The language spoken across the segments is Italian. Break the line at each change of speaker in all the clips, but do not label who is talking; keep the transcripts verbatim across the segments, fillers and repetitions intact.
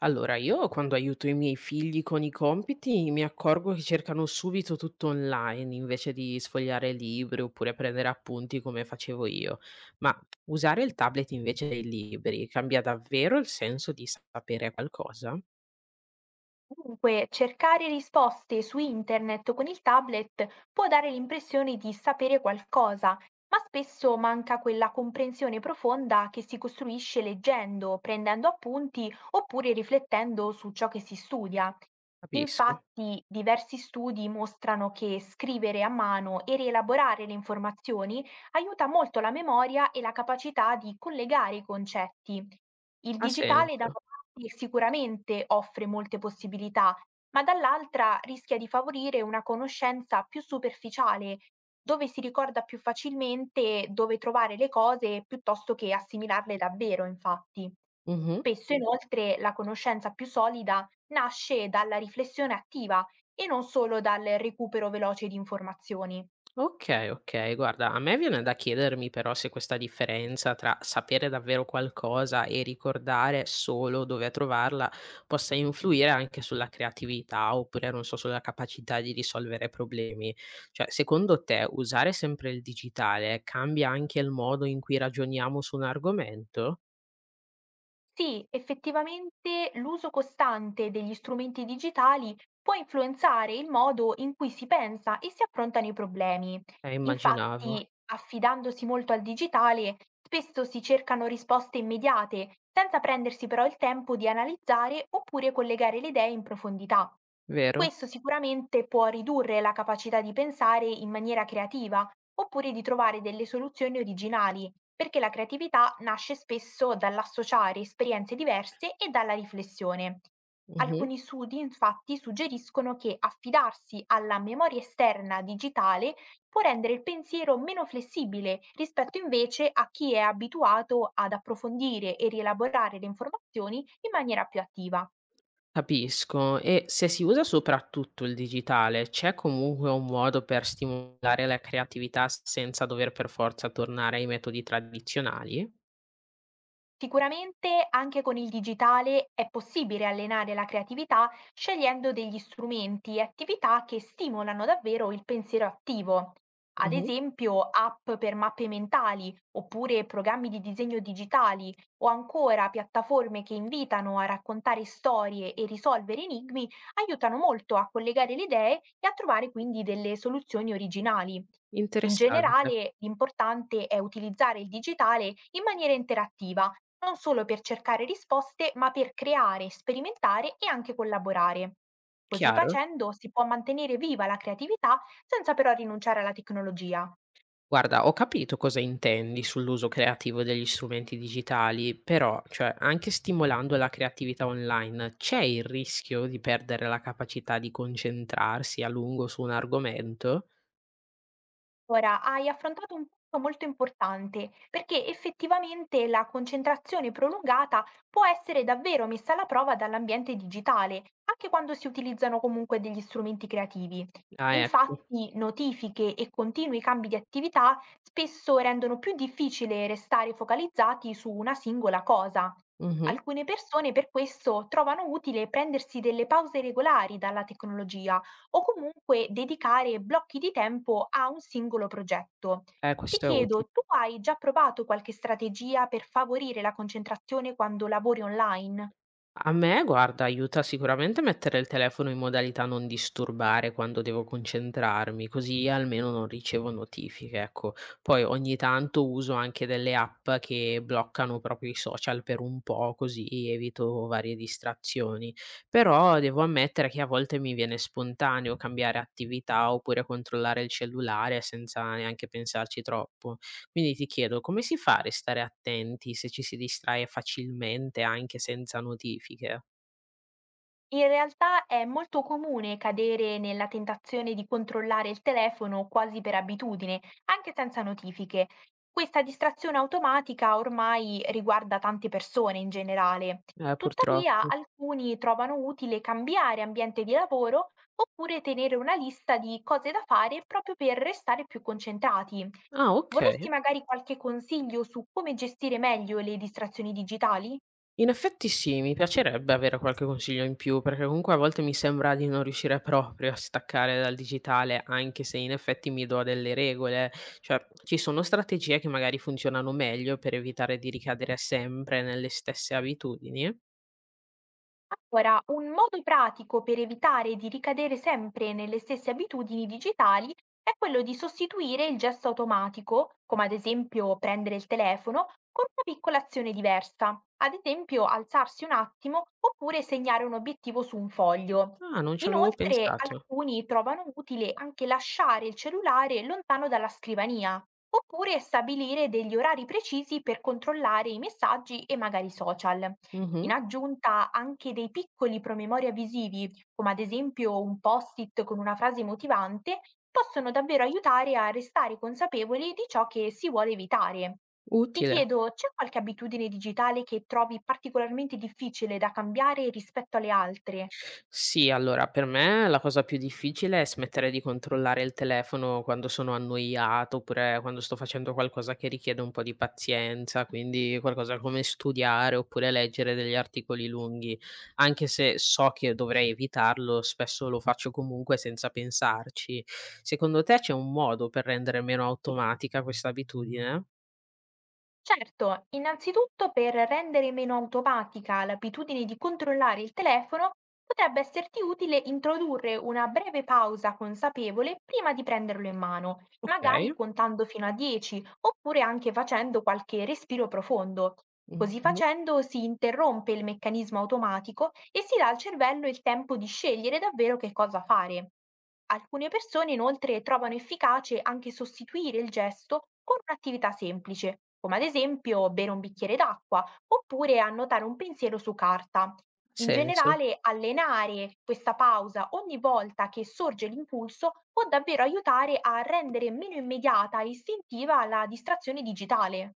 Allora, io quando aiuto i miei figli con i compiti mi accorgo che cercano subito tutto online invece di sfogliare libri oppure prendere appunti come facevo io. Ma usare il tablet invece dei libri cambia davvero il senso di sapere qualcosa?
Dunque, cercare risposte su internet con il tablet può dare l'impressione di sapere qualcosa, ma spesso manca quella comprensione profonda che si costruisce leggendo, prendendo appunti oppure riflettendo su ciò che si studia.
Capisco.
Infatti, diversi studi mostrano che scrivere a mano e rielaborare le informazioni aiuta molto la memoria e la capacità di collegare i concetti. Il
Ha
digitale da
senso.
una parte sicuramente offre molte possibilità, ma dall'altra rischia di favorire una conoscenza più superficiale, dove si ricorda più facilmente dove trovare le cose piuttosto che assimilarle davvero, infatti. Spesso inoltre la conoscenza più solida nasce dalla riflessione attiva e non solo dal recupero veloce di informazioni.
Okay, okay. Guarda, a me viene da chiedermi però se questa differenza tra sapere davvero qualcosa e ricordare solo dove trovarla possa influire anche sulla creatività oppure, non so, sulla capacità di risolvere problemi. Cioè, secondo te usare sempre il digitale cambia anche il modo in cui ragioniamo su un argomento?
Sì, effettivamente l'uso costante degli strumenti digitali può influenzare il modo in cui si pensa e si affrontano i problemi.
Eh, immaginavo,
Infatti, affidandosi molto al digitale, spesso si cercano risposte immediate, senza prendersi però il tempo di analizzare oppure collegare le idee in profondità.
vero?
Questo sicuramente può ridurre la capacità di pensare in maniera creativa, oppure di trovare delle soluzioni originali, perché la creatività nasce spesso dall'associare esperienze diverse e dalla riflessione.
Mh-mh.
Alcuni studi infatti suggeriscono che affidarsi alla memoria esterna digitale può rendere il pensiero meno flessibile rispetto invece a chi è abituato ad approfondire e rielaborare le informazioni in maniera più attiva.
Capisco. E se si usa soprattutto il digitale, c'è comunque un modo per stimolare la creatività senza dover per forza tornare ai metodi tradizionali?
Sicuramente anche con il digitale è possibile allenare la creatività scegliendo degli strumenti e attività che stimolano davvero il pensiero attivo. Ad
Mh-mh.
esempio app per mappe mentali oppure programmi di disegno digitali o ancora piattaforme che invitano a raccontare storie e risolvere enigmi aiutano molto a collegare le idee e a trovare quindi delle soluzioni originali. In
Interessante.
generale l'importante è utilizzare il digitale in maniera interattiva, non solo per cercare risposte, ma per creare, sperimentare e anche collaborare. Così
Chiaro?
facendo si può mantenere viva la creatività senza però rinunciare alla tecnologia.
Guarda, ho capito cosa intendi sull'uso creativo degli strumenti digitali, però, cioè, anche stimolando la creatività online, c'è il rischio di perdere la capacità di concentrarsi a lungo su un argomento?
Ora, hai affrontato un punto molto importante, perché effettivamente la concentrazione prolungata può essere davvero messa alla prova dall'ambiente digitale, anche quando si utilizzano comunque degli strumenti creativi.
Ah, ecco.
Infatti, notifiche e continui cambi di attività spesso rendono più difficile restare focalizzati su una singola cosa.
Mh-mh.
Alcune persone per questo trovano utile prendersi delle pause regolari dalla tecnologia o comunque dedicare blocchi di tempo a un singolo progetto.
Eh,
Ti
questo è uti
chiedo, tu hai già provato qualche strategia per favorire la concentrazione quando lavori online?
A me, guarda, aiuta sicuramente mettere il telefono in modalità non disturbare quando devo concentrarmi, così almeno non ricevo notifiche, ecco. Poi ogni tanto uso anche delle app che bloccano proprio i social per un po', così evito varie distrazioni. Però devo ammettere che a volte mi viene spontaneo cambiare attività oppure controllare il cellulare senza neanche pensarci troppo. Quindi ti chiedo, come si fa a restare attenti se ci si distrae facilmente anche senza notifiche?
In realtà è molto comune cadere nella tentazione di controllare il telefono quasi per abitudine, anche senza notifiche. Questa distrazione automatica ormai riguarda tante persone in generale.
Eh,
Tuttavia,
purtroppo.
alcuni trovano utile cambiare ambiente di lavoro oppure tenere una lista di cose da fare proprio per restare più concentrati.
Ah, okay.
Vorresti magari qualche consiglio su come gestire meglio le distrazioni digitali?
In effetti sì, mi piacerebbe avere qualche consiglio in più, perché comunque a volte mi sembra di non riuscire proprio a staccare dal digitale, anche se in effetti mi do delle regole. Cioè, ci sono strategie che magari funzionano meglio per evitare di ricadere sempre nelle stesse abitudini?
Allora, un modo pratico per evitare di ricadere sempre nelle stesse abitudini digitali è quello di sostituire il gesto automatico, come ad esempio prendere il telefono, con una piccola azione diversa, ad esempio alzarsi un attimo oppure segnare un obiettivo su un foglio.
Ah, non ci avevo
Inoltre,
pensato.
alcuni trovano utile anche lasciare il cellulare lontano dalla scrivania, oppure stabilire degli orari precisi per controllare i messaggi e magari i social.
Mh-mh.
In aggiunta, anche dei piccoli promemoria visivi, come ad esempio un post-it con una frase motivante, possono davvero aiutare a restare consapevoli di ciò che si vuole evitare. Ti
Utile.
chiedo, c'è qualche abitudine digitale che trovi particolarmente difficile da cambiare rispetto alle altre?
Sì, allora per me la cosa più difficile è smettere di controllare il telefono quando sono annoiato, oppure quando sto facendo qualcosa che richiede un po' di pazienza, quindi qualcosa come studiare oppure leggere degli articoli lunghi. Anche se so che dovrei evitarlo, spesso lo faccio comunque senza pensarci. Secondo te c'è un modo per rendere meno automatica questa abitudine?
Certo, innanzitutto per rendere meno automatica l'abitudine di controllare il telefono, potrebbe esserti utile introdurre una breve pausa consapevole prima di prenderlo in mano,
Okay,
magari contando fino a dieci oppure anche facendo qualche respiro profondo. Così
mh-mh, ha
facendo si interrompe il meccanismo automatico e si dà al cervello il tempo di scegliere davvero che cosa fare. Alcune persone inoltre trovano efficace anche sostituire il gesto con un'attività semplice, come ad esempio bere un bicchiere d'acqua oppure annotare un pensiero su carta. In
senso.
generale, allenare questa pausa ogni volta che sorge l'impulso può davvero aiutare a rendere meno immediata e istintiva la distrazione digitale.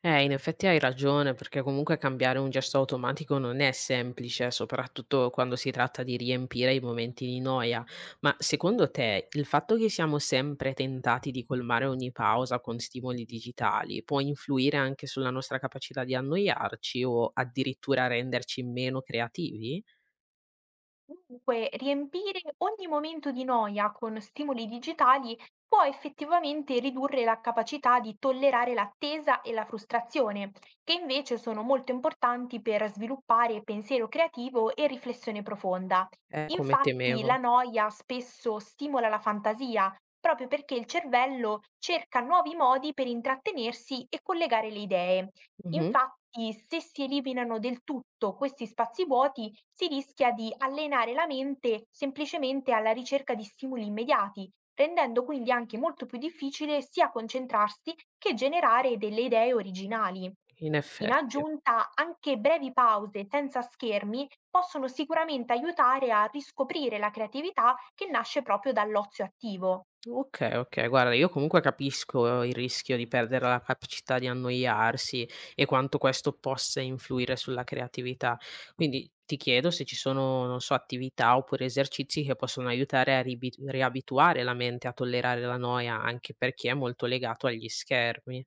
Eh, in effetti hai ragione, perché comunque cambiare un gesto automatico non è semplice, soprattutto quando si tratta di riempire i momenti di noia. Ma secondo te il fatto che siamo sempre tentati di colmare ogni pausa con stimoli digitali può influire anche sulla nostra capacità di annoiarci o addirittura renderci meno creativi?
Dunque, riempire ogni momento di noia con stimoli digitali può effettivamente ridurre la capacità di tollerare l'attesa e la frustrazione, che invece sono molto importanti per sviluppare pensiero creativo e riflessione profonda.
Eh, come
Infatti,
temevo.
la noia spesso stimola la fantasia, proprio perché il cervello cerca nuovi modi per intrattenersi e collegare le idee.
Mhm,
Infatti, se si eliminano del tutto questi spazi vuoti, si rischia di allenare la mente semplicemente alla ricerca di stimoli immediati, rendendo quindi anche molto più difficile sia concentrarsi che generare delle idee originali.
in
In
effetti.
aggiunta, anche brevi pause senza schermi possono sicuramente aiutare a riscoprire la creatività che nasce proprio dall'ozio attivo.
Okay, okay. Guarda, io comunque capisco il rischio di perdere la capacità di annoiarsi e quanto questo possa influire sulla creatività. Quindi ti chiedo se ci sono, non so, attività oppure esercizi che possono aiutare a ribi riabituare la mente a tollerare la noia, anche per chi è molto legato agli schermi.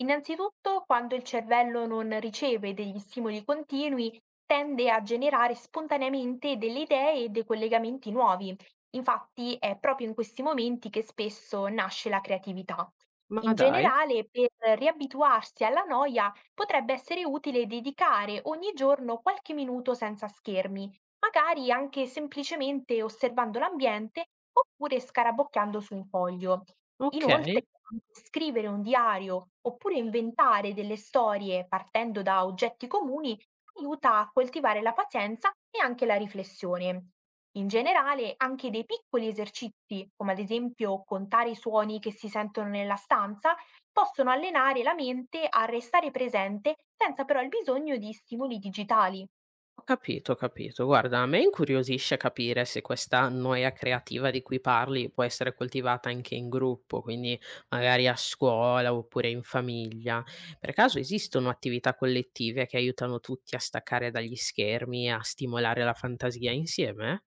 Innanzitutto, quando il cervello non riceve degli stimoli continui, tende a generare spontaneamente delle idee e dei collegamenti nuovi. Infatti, è proprio in questi momenti che spesso nasce la creatività.
Ma
In
dai,
generale, per riabituarsi alla noia potrebbe essere utile dedicare ogni giorno qualche minuto senza schermi, magari anche semplicemente osservando l'ambiente oppure scarabocchiando su un foglio. Inoltre,
okay.
anche scrivere un diario oppure inventare delle storie partendo da oggetti comuni aiuta a coltivare la pazienza e anche la riflessione. In generale, anche dei piccoli esercizi, come ad esempio contare i suoni che si sentono nella stanza, possono allenare la mente a restare presente senza però il bisogno di stimoli digitali.
Ho capito, ho capito. Guarda, a me incuriosisce capire se questa noia creativa di cui parli può essere coltivata anche in gruppo, quindi magari a scuola oppure in famiglia. Per caso esistono attività collettive che aiutano tutti a staccare dagli schermi e a stimolare la fantasia insieme?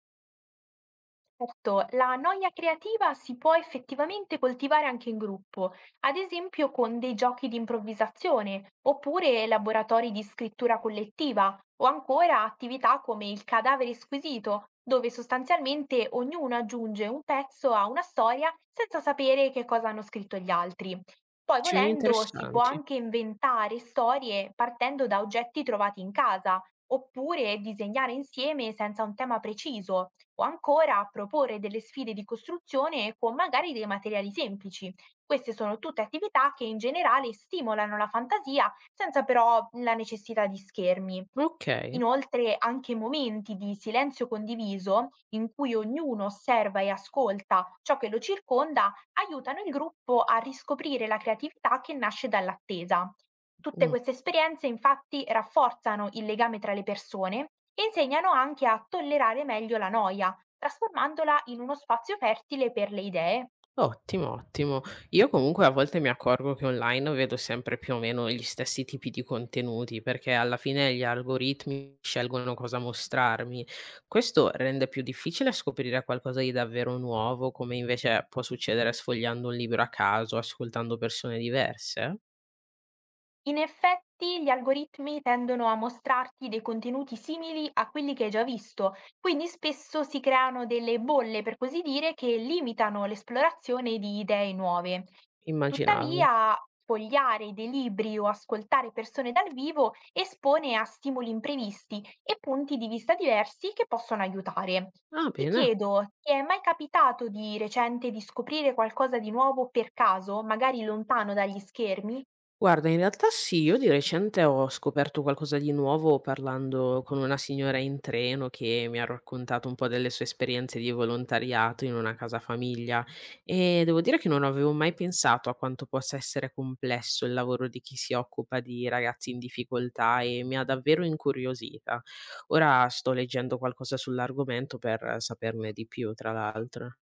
Certo, la noia creativa si può effettivamente coltivare anche in gruppo, ad esempio con dei giochi di improvvisazione, oppure laboratori di scrittura collettiva, o ancora attività come il cadavere squisito, dove sostanzialmente ognuno aggiunge un pezzo a una storia senza sapere che cosa hanno scritto gli altri. Poi,
Azioni
volendo, si può
interessanti.
anche inventare storie partendo da oggetti trovati in casa, oppure disegnare insieme senza un tema preciso o ancora proporre delle sfide di costruzione con magari dei materiali semplici. Queste sono tutte attività che in generale stimolano la fantasia senza però la necessità di schermi.
Ok.
Inoltre anche momenti di silenzio condiviso in cui ognuno osserva e ascolta ciò che lo circonda aiutano il gruppo a riscoprire la creatività che nasce dall'attesa. Tutte
Mm.
queste esperienze infatti rafforzano il legame tra le persone e insegnano anche a tollerare meglio la noia, trasformandola in uno spazio fertile per le idee.
Ottimo, ottimo. Io comunque a volte mi accorgo che online vedo sempre più o meno gli stessi tipi di contenuti, perché alla fine gli algoritmi scelgono cosa mostrarmi. Questo rende più difficile scoprire qualcosa di davvero nuovo, come invece può succedere sfogliando un libro a caso, ascoltando persone diverse?
In effetti, gli algoritmi tendono a mostrarti dei contenuti simili a quelli che hai già visto, quindi spesso si creano delle bolle, per così dire, che limitano l'esplorazione di idee nuove.
Immaginavo.
Tuttavia, fogliare dei libri o ascoltare persone dal vivo espone a stimoli imprevisti e punti di vista diversi che possono aiutare.
Ah,
Ti
bene.
chiedo, ti è mai capitato di recente di scoprire qualcosa di nuovo per caso, magari lontano dagli schermi?
Guarda, in realtà sì, io di recente ho scoperto qualcosa di nuovo parlando con una signora in treno che mi ha raccontato un po' delle sue esperienze di volontariato in una casa famiglia e devo dire che non avevo mai pensato a quanto possa essere complesso il lavoro di chi si occupa di ragazzi in difficoltà e mi ha davvero incuriosita. Ora sto leggendo qualcosa sull'argomento per saperne di più, tra l'altro.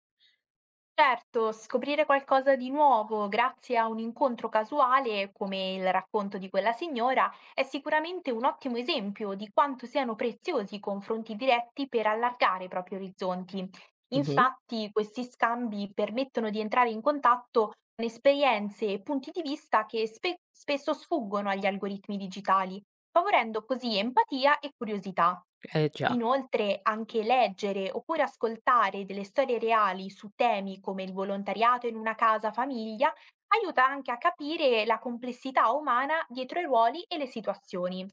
Certo, scoprire qualcosa di nuovo grazie a un incontro casuale, come il racconto di quella signora, è sicuramente un ottimo esempio di quanto siano preziosi i confronti diretti per allargare i propri orizzonti.
Mhm.
Infatti, questi scambi permettono di entrare in contatto con esperienze e punti di vista che spe- spesso sfuggono agli algoritmi digitali, favorendo così empatia e curiosità.
Eh già.
Inoltre, anche leggere oppure ascoltare delle storie reali su temi come il volontariato in una casa famiglia aiuta anche a capire la complessità umana dietro i ruoli e le situazioni.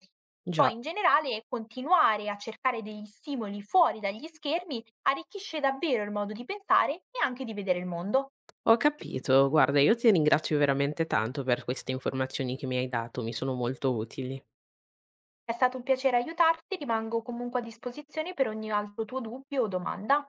Già.
Poi, in generale, continuare a cercare degli stimoli fuori dagli schermi arricchisce davvero il modo di pensare e anche di vedere il mondo.
Ho capito, guarda, io ti ringrazio veramente tanto per queste informazioni che mi hai dato, mi sono molto utili.
È stato un piacere aiutarti, rimango comunque a disposizione per ogni altro tuo dubbio o domanda.